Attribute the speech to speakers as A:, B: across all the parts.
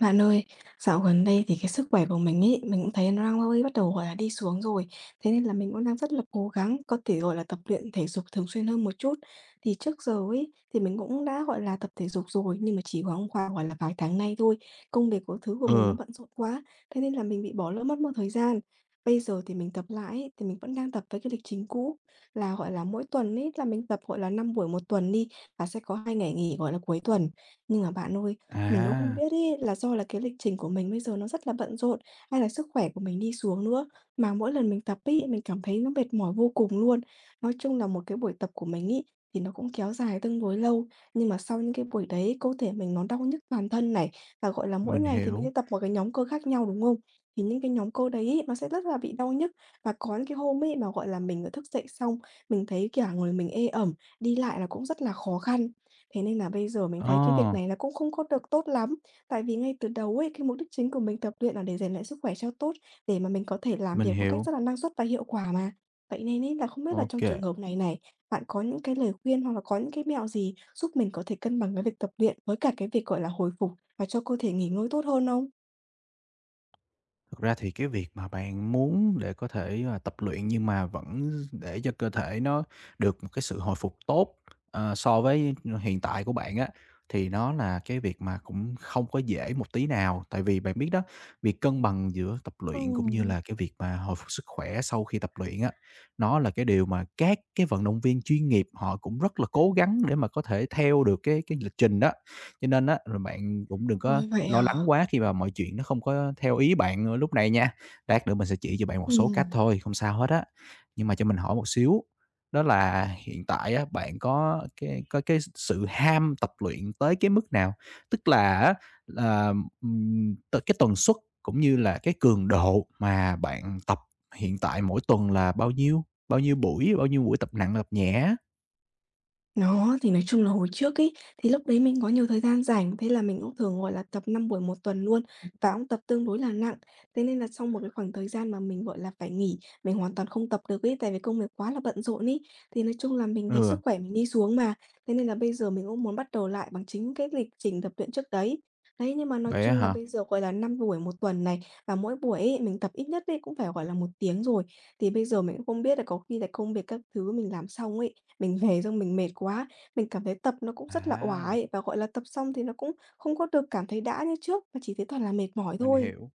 A: Bạn ơi, dạo gần đây thì cái sức khỏe của mình ấy, mình cũng thấy nó đang hơi bắt đầu, gọi là, đi xuống rồi. Thế nên là mình cũng đang rất là cố gắng có thể, gọi là, tập luyện thể dục thường xuyên hơn một chút. Thì trước giờ ấy, thì mình cũng đã, gọi là, tập thể dục rồi, nhưng mà chỉ khoảng khoảng, gọi là, vài tháng nay thôi. Công việc của mình nó
B: Ừ.
A: bận rộn quá, thế nên là mình bị bỏ lỡ mất một thời gian. Bây giờ thì mình tập lại ấy, thì mình vẫn đang tập với cái lịch trình cũ là, gọi là, mỗi tuần ấy là mình tập, gọi là, 5 buổi 1 tuần đi, và sẽ có 2 ngày nghỉ, gọi là, cuối tuần. Nhưng mà bạn ơi, mình cũng không
B: À.
A: biết ấy, là do là cái lịch trình của mình bây giờ nó rất là bận rộn, hay là sức khỏe của mình đi xuống nữa. Mà mỗi lần mình tập ấy, mình cảm thấy nó mệt mỏi vô cùng luôn. Nói chung là một cái buổi tập của mình ấy, thì nó cũng kéo dài tương đối lâu, nhưng mà sau những cái buổi đấy cơ thể mình nó đau nhức toàn thân này, và, gọi là, mỗi
B: Mình
A: ngày thì mình sẽ
B: hiểu.
A: tập một cái nhóm cơ khác nhau, đúng không? Thì những cái nhóm cơ đấy ấy, nó sẽ rất là bị đau nhức, và có những cái hôm ấy mà, gọi là, mình, thức dậy xong, mình thấy cả người mình ê ẩm, đi lại là cũng rất là khó khăn. Thế nên là bây giờ mình thấy cái việc
B: Ờ.
A: này là cũng không có được tốt lắm. Tại vì ngay từ đầu ấy, cái mục đích chính của mình tập luyện là để rèn luyện sức khỏe cho tốt, để mà mình có thể làm
B: Mình
A: việc một cách
B: hiểu.
A: rất là năng suất và hiệu quả mà. Vậy nên ấy là không biết là trong trường
B: OK.
A: hợp này này, bạn có những cái lời khuyên hoặc là có những cái mẹo gì giúp mình có thể cân bằng cái việc tập luyện với cả cái việc, gọi là, hồi phục và cho cơ thể nghỉ ngơi tốt hơn không?
B: Thực ra thì cái việc mà bạn muốn để có thể, tập luyện nhưng mà vẫn để cho cơ thể nó được một cái sự hồi phục tốt, so với hiện tại của bạn á, thì nó là cái việc mà cũng không có dễ một tí nào. Tại vì bạn biết đó, việc cân bằng giữa tập luyện cũng như
A: Ừm,
B: là cái việc mà hồi phục sức khỏe sau khi tập luyện á, nó là cái điều mà các cái vận động viên chuyên nghiệp họ cũng rất là cố gắng để mà có thể theo được cái lịch trình đó. Cho nên á là bạn cũng đừng có
A: ôi, vậy
B: lo
A: à?
B: lắng quá khi mà mọi chuyện nó không có theo ý bạn, lúc này nha. Lát nữa mình sẽ chỉ cho bạn một số cách
A: Ừm.
B: thôi, không sao hết á. Nhưng mà cho mình hỏi một xíu, đó là hiện tại á, bạn có cái sự ham tập luyện tới cái mức nào? Tức là á, là, cái tần suất cũng như là cái cường độ mà bạn tập hiện tại mỗi tuần là bao nhiêu? Bao nhiêu buổi? Bao nhiêu buổi tập nặng, tập nhẹ?
A: Nó, thì nói chung là hồi trước ấy, thì lúc đấy mình có nhiều thời gian rảnh, thế là mình cũng thường, gọi là, tập 5 buổi 1 tuần luôn và cũng tập tương đối là nặng. Thế nên là sau một cái khoảng thời gian mà mình, gọi là, phải nghỉ, mình hoàn toàn không tập được ấy, tại vì công việc quá là bận rộn ấy, thì nói chung là mình thấy
B: Ừ,
A: sức khỏe mình đi xuống mà. Thế nên là bây giờ mình cũng muốn bắt đầu lại bằng chính cái lịch trình tập luyện trước đấy. Đấy, nhưng mà nói
B: vậy á
A: chung là
B: hả?
A: bây giờ, gọi là, 5 buổi 1 tuần này, và mỗi buổi ấy mình tập ít nhất ấy cũng phải, gọi là, 1 tiếng rồi. Thì bây giờ mình cũng không biết là có khi là công việc các thứ mình làm xong ấy, mình về xong mình mệt quá, mình cảm thấy tập nó cũng rất là òa
B: À,
A: ấy, và, gọi là, tập xong thì nó cũng không có được cảm thấy đã như trước, mà chỉ thấy toàn là mệt mỏi
B: mình
A: thôi.
B: hiểu.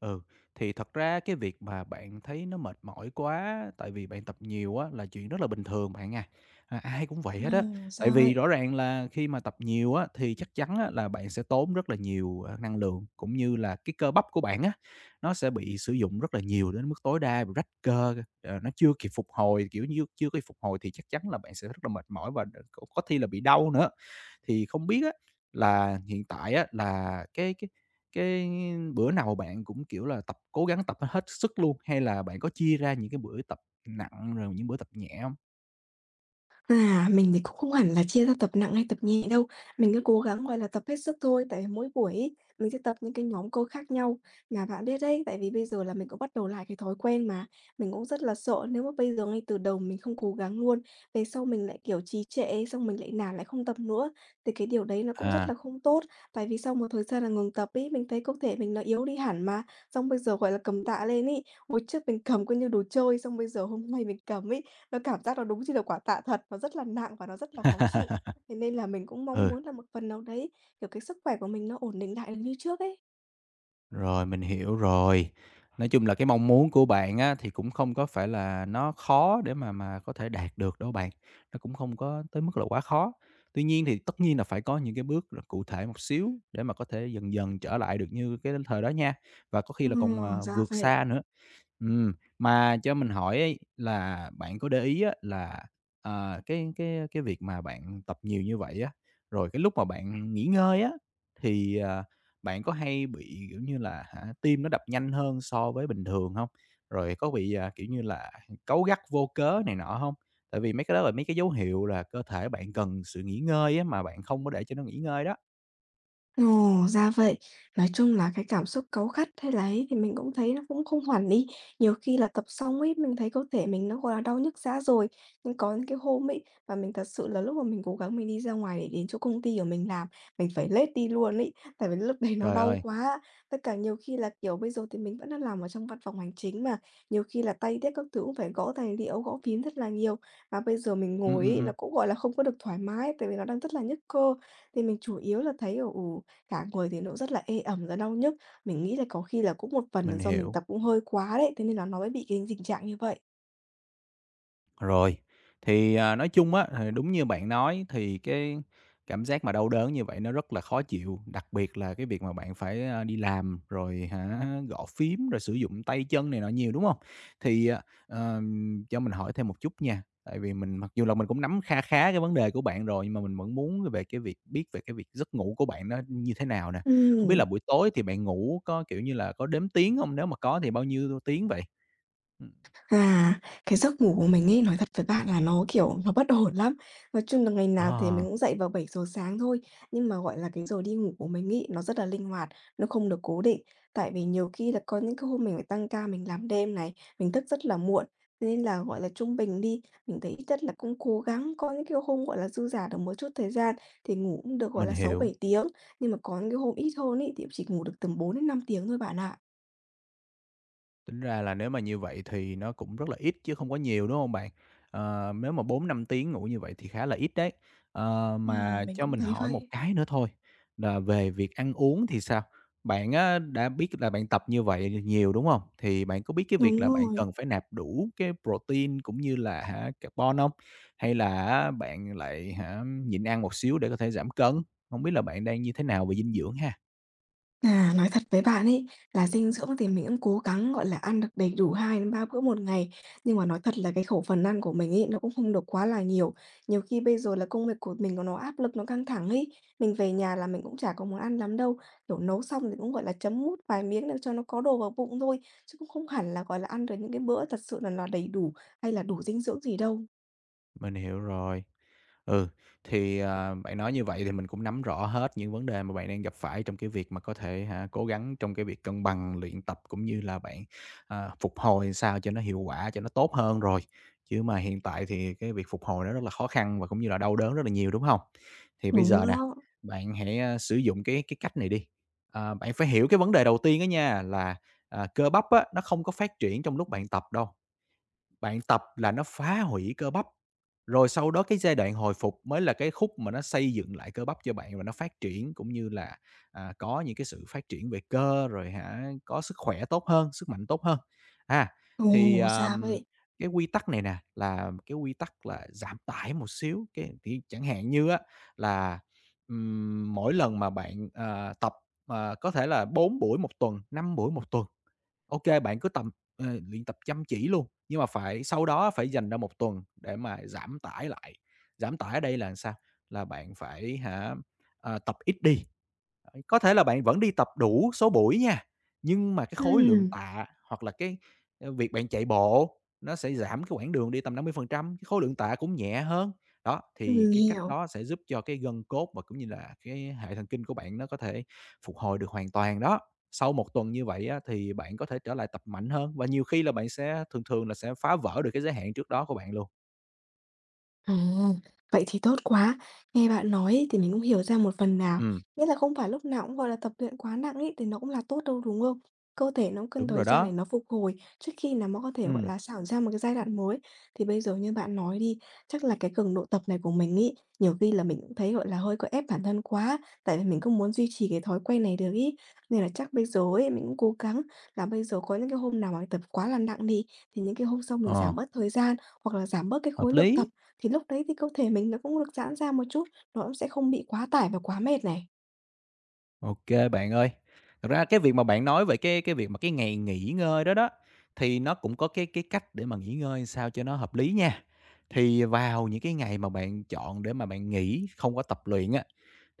B: Ừ, thì thật ra cái việc mà bạn thấy nó mệt mỏi quá tại vì bạn tập nhiều á là chuyện rất là bình thường bạn à. À, ai cũng vậy hết á.
A: Ồ,
B: Tại
A: ra
B: vì
A: vậy?
B: rõ ràng là khi mà tập nhiều á thì chắc chắn á là bạn sẽ tốn rất là nhiều, năng lượng, cũng như là cái cơ bắp của bạn á, nó sẽ bị sử dụng rất là nhiều đến mức tối đa, bị rách cơ, nó chưa kịp phục hồi, kiểu như, chưa kịp phục hồi thì chắc chắn là bạn sẽ rất là mệt mỏi và có khi là bị đau nữa. Thì không biết á là hiện tại á là cái cái bữa nào bạn cũng, kiểu là, tập cố gắng tập hết sức luôn, hay là bạn có chia ra những cái bữa tập nặng rồi những bữa tập nhẹ hông?
A: À, mình thì cũng không hẳn là chia ra tập nặng hay tập nhẹ đâu. Mình cứ cố gắng, gọi là, tập hết sức thôi, tại vì mỗi buổi ấy, mình sẽ tập những cái nhóm cơ khác nhau. Mà bạn biết đấy, tại vì bây giờ là mình cũng bắt đầu lại cái thói quen mà, mình cũng rất là sợ nếu mà bây giờ ngay từ đầu mình không cố gắng luôn, về sau mình lại, kiểu, trì trệ, xong mình lại nản lại không tập nữa, thì cái điều đấy nó cũng rất
B: À,
A: là không tốt. Tại vì sau một thời gian là ngừng tập ấy, mình thấy cơ thể mình nó yếu đi hẳn mà. Xong bây giờ, gọi là, cầm tạ lên ấy, hồi trước mình cầm cứ như đồ chơi, xong bây giờ hôm nay mình cầm ấy, nó cảm giác nó đúng như là quả tạ thật, nó rất là nặng và nó rất là khó chịu. Thế nên là mình cũng mong
B: ừ.
A: muốn là một phần nào đấy, kiểu, cái sức khỏe của mình nó ổn định lại được như trước ấy.
B: Rồi, mình hiểu rồi. Nói chung là cái mong muốn của bạn á, thì cũng không có phải là nó khó để mà có thể đạt được đâu bạn, nó cũng không có tới mức là quá khó. Tuy nhiên thì tất nhiên là phải có những cái bước cụ thể một xíu để mà có thể dần dần trở lại được như cái thời đó nha, và có khi
A: Ờ,
B: là còn,
A: ra
B: vượt
A: vậy.
B: xa nữa. Ừm, mà cho mình hỏi ấy là bạn có để ý á là, cái cái việc mà bạn tập nhiều như vậy á, rồi cái lúc mà bạn nghỉ ngơi á thì, bạn có hay bị, kiểu như là, hả, tim nó đập nhanh hơn so với bình thường hông? Rồi có bị, kiểu như là, cáu gắt vô cớ này nọ hông? Tại vì mấy cái đó là mấy cái dấu hiệu là cơ thể bạn cần sự nghỉ ngơi á, mà bạn không có để cho nó nghỉ ngơi đó.
A: Ồ, ra vậy. Nói chung là cái cảm xúc cáu gắt hay là ấy thì mình cũng thấy nó cũng không hẳn đi. Nhiều khi là tập xong ấy, mình thấy cơ thể mình nó, gọi là, đau nhức rã rồi. Nhưng có những cái hôm ấy và mình thật sự là lúc mà mình cố gắng mình đi ra ngoài để đến chỗ công ty của mình làm, mình phải lết đi luôn ấy, tại vì lúc đấy nó
B: Trời
A: đau
B: ơi!
A: quá. Tất cả nhiều khi là, kiểu, bây giờ thì mình vẫn đang làm ở trong văn phòng hành chính mà, nhiều khi là tay điếc các thứ cũng phải gõ tài liệu, gõ phím rất là nhiều. Và bây giờ mình
B: Ừm,
A: ngồi
B: ừm,
A: ấy, nó
B: ừm,
A: cũng, gọi là, không có được thoải mái, tại vì nó đang rất là nhức cơ. Thì mình chủ yếu là thấy, cả người thì nó rất là ê ẩm và đau nhức. Mình nghĩ là có khi là cũng một phần là
B: mình
A: do mình
B: hiểu.
A: tập cũng hơi quá đấy, thế nên là nó mới bị cái tình trạng như vậy.
B: Rồi, thì, nói chung á, thì đúng như bạn nói thì cái cảm giác mà đau đớn như vậy nó rất là khó chịu, đặc biệt là cái việc mà bạn phải, đi làm rồi hả, gõ phím, rồi sử dụng tay chân này nọ nhiều, đúng không? Thì, cho mình hỏi thêm một chút nha, tại vì mình mặc dù là mình cũng nắm kha khá cái vấn đề của bạn rồi, nhưng mà mình vẫn muốn về cái việc biết về cái việc giấc ngủ của bạn nó như thế nào nè. Không biết
A: Ừm.
B: là buổi tối thì bạn ngủ có, kiểu như là, có đếm tiếng không? Nếu mà có thì bao nhiêu tiếng vậy? Ừm,
A: À, cái giấc ngủ của mình ấy, nói thật với bạn là nó, kiểu, nó bất ổn lắm. Nói chung là ngày nào thì mình
B: ờ,
A: cũng dậy vào 7 giờ sáng thôi, nhưng mà, gọi là, cái giờ đi ngủ của mình ấy, nó rất là linh hoạt, nó không được cố định. Tại vì nhiều khi là có những cái hôm mình phải tăng ca mình làm đêm này, mình thức rất là muộn, thế nên là, gọi là, trung bình đi, mình thấy ít nhất là cũng cố gắng có những cái hôm, gọi là, dư dả được một chút thời gian thì ngủ cũng được, gọi
B: mình
A: là, sáu
B: hiểu.
A: bảy tiếng, nhưng mà có những cái hôm ít hơn ấy thì cũng chỉ ngủ được tầm 4 đến 5 tiếng thôi bạn ạ.
B: Tính ra là nếu mà như vậy thì nó cũng rất là ít chứ không có nhiều, đúng không bạn? Ờ, nếu mà 4-5 tiếng ngủ như vậy thì khá là ít đấy. Ờ,
A: Ồ,
B: mà
A: mình
B: cho
A: cũng
B: mình
A: thấy
B: hỏi một
A: vậy.
B: cái nữa thôi là về việc ăn uống thì sao? Bạn á đã biết là bạn tập như vậy nhiều, đúng không? Thì bạn có biết cái việc
A: Đúng
B: là bạn
A: rồi.
B: cần phải nạp đủ cái protein cũng như là hả, carbon không? Hay là á bạn lại hả, nhịn ăn một xíu để có thể giảm cân? Không biết là bạn đang như thế nào về dinh dưỡng ha?
A: À, nói thật với bạn ấy là dinh dưỡng thì mình cũng cố gắng, gọi là, ăn được đầy đủ 2 đến 3 bữa 1 ngày, nhưng mà nói thật là cái khẩu phần ăn của mình ấy, nó cũng không được quá là nhiều. Nhiều khi bây giờ là công việc của mình nó áp lực, nó căng thẳng ấy, mình về nhà là mình cũng chả có muốn ăn lắm đâu, kiểu, nấu xong thì cũng, gọi là, chấm mút vài miếng để cho nó có đồ vào bụng thôi, chứ cũng không hẳn là, gọi là, ăn được những cái bữa thật sự là nó đầy đủ hay là đủ dinh dưỡng gì đâu.
B: Mình hiểu rồi. Ừ, thì, bạn nói như vậy thì mình cũng nắm rõ hết những vấn đề mà bạn đang gặp phải trong cái việc mà có thể hả, cố gắng trong cái việc cân bằng luyện tập cũng như là bạn, phục hồi sao cho nó hiệu quả, cho nó tốt hơn rồi. Chứ mà hiện tại thì cái việc phục hồi nó rất là khó khăn và cũng như là đau đớn rất là nhiều, đúng không? Thì bây
A: Đúng
B: giờ nè,
A: đó.
B: bạn hãy, sử dụng cái cách này đi. À, bạn phải hiểu cái vấn đề đầu tiên đó nha là, cơ bắp á, nó không có phát triển trong lúc bạn tập đâu. Bạn tập là nó phá hủy cơ bắp, rồi sau đó cái giai đoạn hồi phục mới là cái khúc mà nó xây dựng lại cơ bắp cho bạn và nó phát triển cũng như là, có những cái sự phát triển về cơ, rồi hả, có sức khỏe tốt hơn, sức mạnh tốt hơn. À, thì,
A: Ồ, ra vậy.
B: cái quy tắc này nè là cái quy tắc là giảm tải một xíu, cái thì chẳng hạn như á là, mỗi lần mà bạn, tập, có thể là 4 buổi một tuần, 5 buổi một tuần. OK, bạn cứ tầm luyện tập chăm chỉ luôn, nhưng mà phải sau đó phải dành ra một tuần để mà giảm tải lại. Giảm tải ở đây là sao? Là bạn phải hả, tập ít đi, có thể là bạn vẫn đi tập đủ số buổi nha, nhưng mà cái khối lượng
A: Ừm,
B: tạ hoặc là cái, việc bạn chạy bộ nó sẽ giảm cái quãng đường đi tầm 50%, cái khối lượng tạ cũng nhẹ hơn. Đó, thì
A: mình
B: cái cách
A: hiểu.
B: đó sẽ giúp cho cái gân cốt và cũng như là cái hệ thần kinh của bạn nó có thể phục hồi được hoàn toàn đó. Sau một tuần như vậy á, thì bạn có thể trở lại tập mạnh hơn và nhiều khi là bạn sẽ thường thường là sẽ phá vỡ được cái giới hạn trước đó của bạn luôn.
A: À, vậy thì tốt quá. Nghe bạn nói ấy, thì mình cũng hiểu ra một phần nào.
B: Ừm,
A: Nghĩa là không phải lúc nào cũng, gọi là, tập luyện quá nặng ý thì nó cũng là tốt đâu, đúng không? Cơ thể nó cũng cần
B: đúng
A: thời
B: rồi
A: gian
B: đó.
A: để nó phục hồi trước khi là nó có thể, gọi
B: Ừm,
A: là, xảo ra một cái giai đoạn mới. Thì bây giờ như bạn nói đi, chắc là cái cường độ tập này của mình ý nhiều khi là mình cũng thấy, gọi là, hơi có ép bản thân quá, tại vì mình cũng muốn duy trì cái thói quen này được ý. Nên là chắc bây giờ ấy, mình cũng cố gắng là bây giờ có những cái hôm nào mà tập quá là nặng đi, thì những cái hôm sau mình giảm
B: ờ,
A: bớt thời gian hoặc là giảm bớt cái
B: hợp
A: khối lượng tập
B: lý.
A: thì lúc đấy thì cơ thể mình nó cũng được giãn ra một chút, nó cũng sẽ không bị quá tải và quá mệt này.
B: OK bạn ơi. Thật ra cái việc mà bạn nói về cái việc mà cái ngày nghỉ ngơi đó đó, thì nó cũng có cái cách để mà nghỉ ngơi sao cho nó hợp lý nha. Thì vào những cái ngày mà bạn chọn để mà bạn nghỉ không có tập luyện á,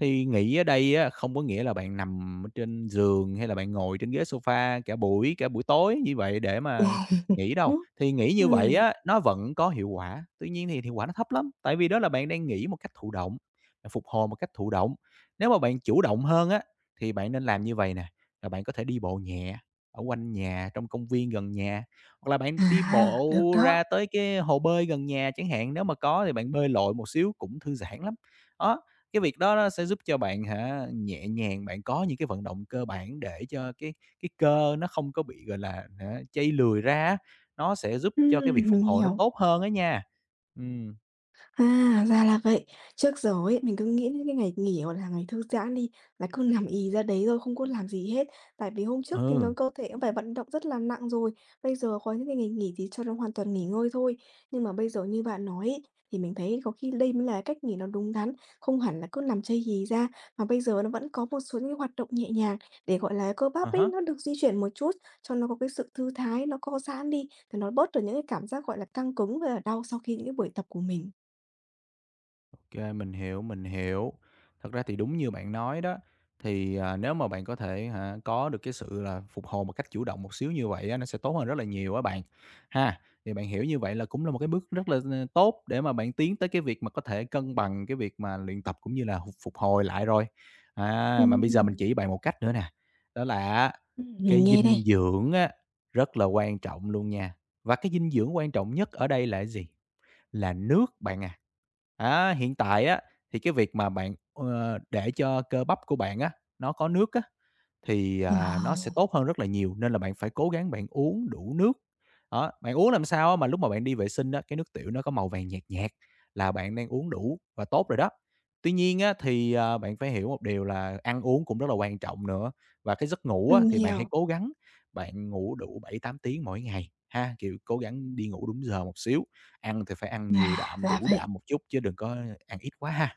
B: thì nghỉ ở đây á không có nghĩa là bạn nằm ở trên giường hay là bạn ngồi trên ghế sofa cả buổi tối như vậy để mà nghỉ đâu.
A: Ừm,
B: Thì nghỉ như vậy á, nó vẫn có hiệu quả, tuy nhiên thì hiệu quả nó thấp lắm, tại vì đó là bạn đang nghỉ một cách thụ động, bạn phục hồi một cách thụ động. Nếu mà bạn chủ động hơn á thì bạn nên làm như vậy nè, là bạn có thể đi bộ nhẹ ở quanh nhà, trong công viên gần nhà, hoặc là bạn đi
A: à,
B: bộ
A: được đó.
B: ra tới cái hồ bơi gần nhà chẳng hạn, nếu mà có thì bạn bơi lội một xíu cũng thư giãn lắm. Đó, cái việc đó nó sẽ giúp cho bạn hả, nhẹ nhàng, bạn có những cái vận động cơ bản để cho cái cơ nó không có bị, gọi là, hả, chây lười ra á, nó sẽ giúp cho cái việc phục
A: Mình
B: hồi nó
A: hiểu.
B: tốt hơn á nha. Ừm,
A: À, ra là vậy. Trước giờ ấy, mình cứ nghĩ đến cái ngày nghỉ hoặc là ngày thư giãn đi là cứ nằm ì ra đấy rồi không có làm gì hết. Tại vì hôm trước thì nó
B: ừ,
A: cơ thể cũng phải vận động rất là nặng rồi. Bây giờ có những cái ngày nghỉ thì cho nó hoàn toàn nghỉ ngơi thôi. Nhưng mà bây giờ như bạn nói ấy, thì mình thấy có khi đây mới là cách nghỉ nó đúng đắn, không hẳn là cứ nằm chây ì ra mà bây giờ nó vẫn có một số những cái hoạt động nhẹ nhàng để gọi là cơ bắp ấy
B: à
A: nó được di chuyển một chút cho nó có cái sự thư thái nó co giãn đi thì nó bớt được những cái cảm giác gọi là căng cứng và đau sau khi những cái buổi tập của mình.
B: OK, mình hiểu, mình hiểu. Thật ra thì đúng như bạn nói đó, thì, nếu mà bạn có thể hả, có được cái sự là phục hồi một cách chủ động một xíu như vậy á, nó sẽ tốt hơn rất là nhiều á bạn, ha. Thì bạn hiểu như vậy là cũng là một cái bước rất là, tốt để mà bạn tiến tới cái việc mà có thể cân bằng cái việc mà luyện tập cũng như là hụt phục hồi lại rồi. À, mà
A: Ừm,
B: bây giờ mình
A: ừm,
B: chỉ bạn một cách nữa nè, đó là cái
A: mình nghe đây.
B: dinh dưỡng á, rất là quan trọng luôn nha. Và cái dinh dưỡng quan trọng nhất ở đây là cái gì? Là nước bạn à. Á, hiện tại á, thì cái việc mà bạn, để cho cơ bắp của bạn á, nó có nước á, thì,
A: Ờ,
B: nó sẽ tốt hơn rất là nhiều, nên là bạn phải cố gắng bạn uống đủ nước. Đó, bạn uống làm sao á mà lúc mà bạn đi vệ sinh á, cái nước tiểu nó có màu vàng nhạt nhạt là bạn đang uống đủ và tốt rồi đó. Tuy nhiên á, thì, bạn phải hiểu một điều là ăn uống cũng rất là quan trọng nữa, và cái giấc ngủ á,
A: mình
B: thì bạn hãy
A: hiểu,
B: cố gắng bạn ngủ đủ 7-8 tiếng mỗi ngày ha, kiểu, cố gắng đi ngủ đúng giờ một xíu, ăn thì phải ăn nhiều đạm,
A: ra
B: đủ
A: vậy.
B: đạm một chút chứ đừng có ăn ít quá ha.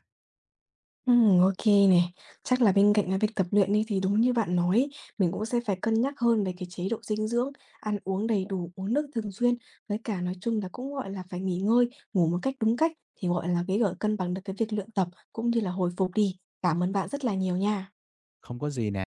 A: Ô kê nè. Chắc là bên cạnh cái việc tập luyện đi thì đúng như bạn nói ấy, mình cũng sẽ phải cân nhắc hơn về cái chế độ dinh dưỡng, ăn uống đầy đủ, uống nước thường xuyên, với cả nói chung là cũng, gọi là, phải nghỉ ngơi, ngủ một cách đúng cách thì, gọi là, cái, gọi, cân bằng được cái việc luyện tập cũng như là hồi phục đi. Cảm ơn bạn rất là nhiều nha.
B: Không có gì nè.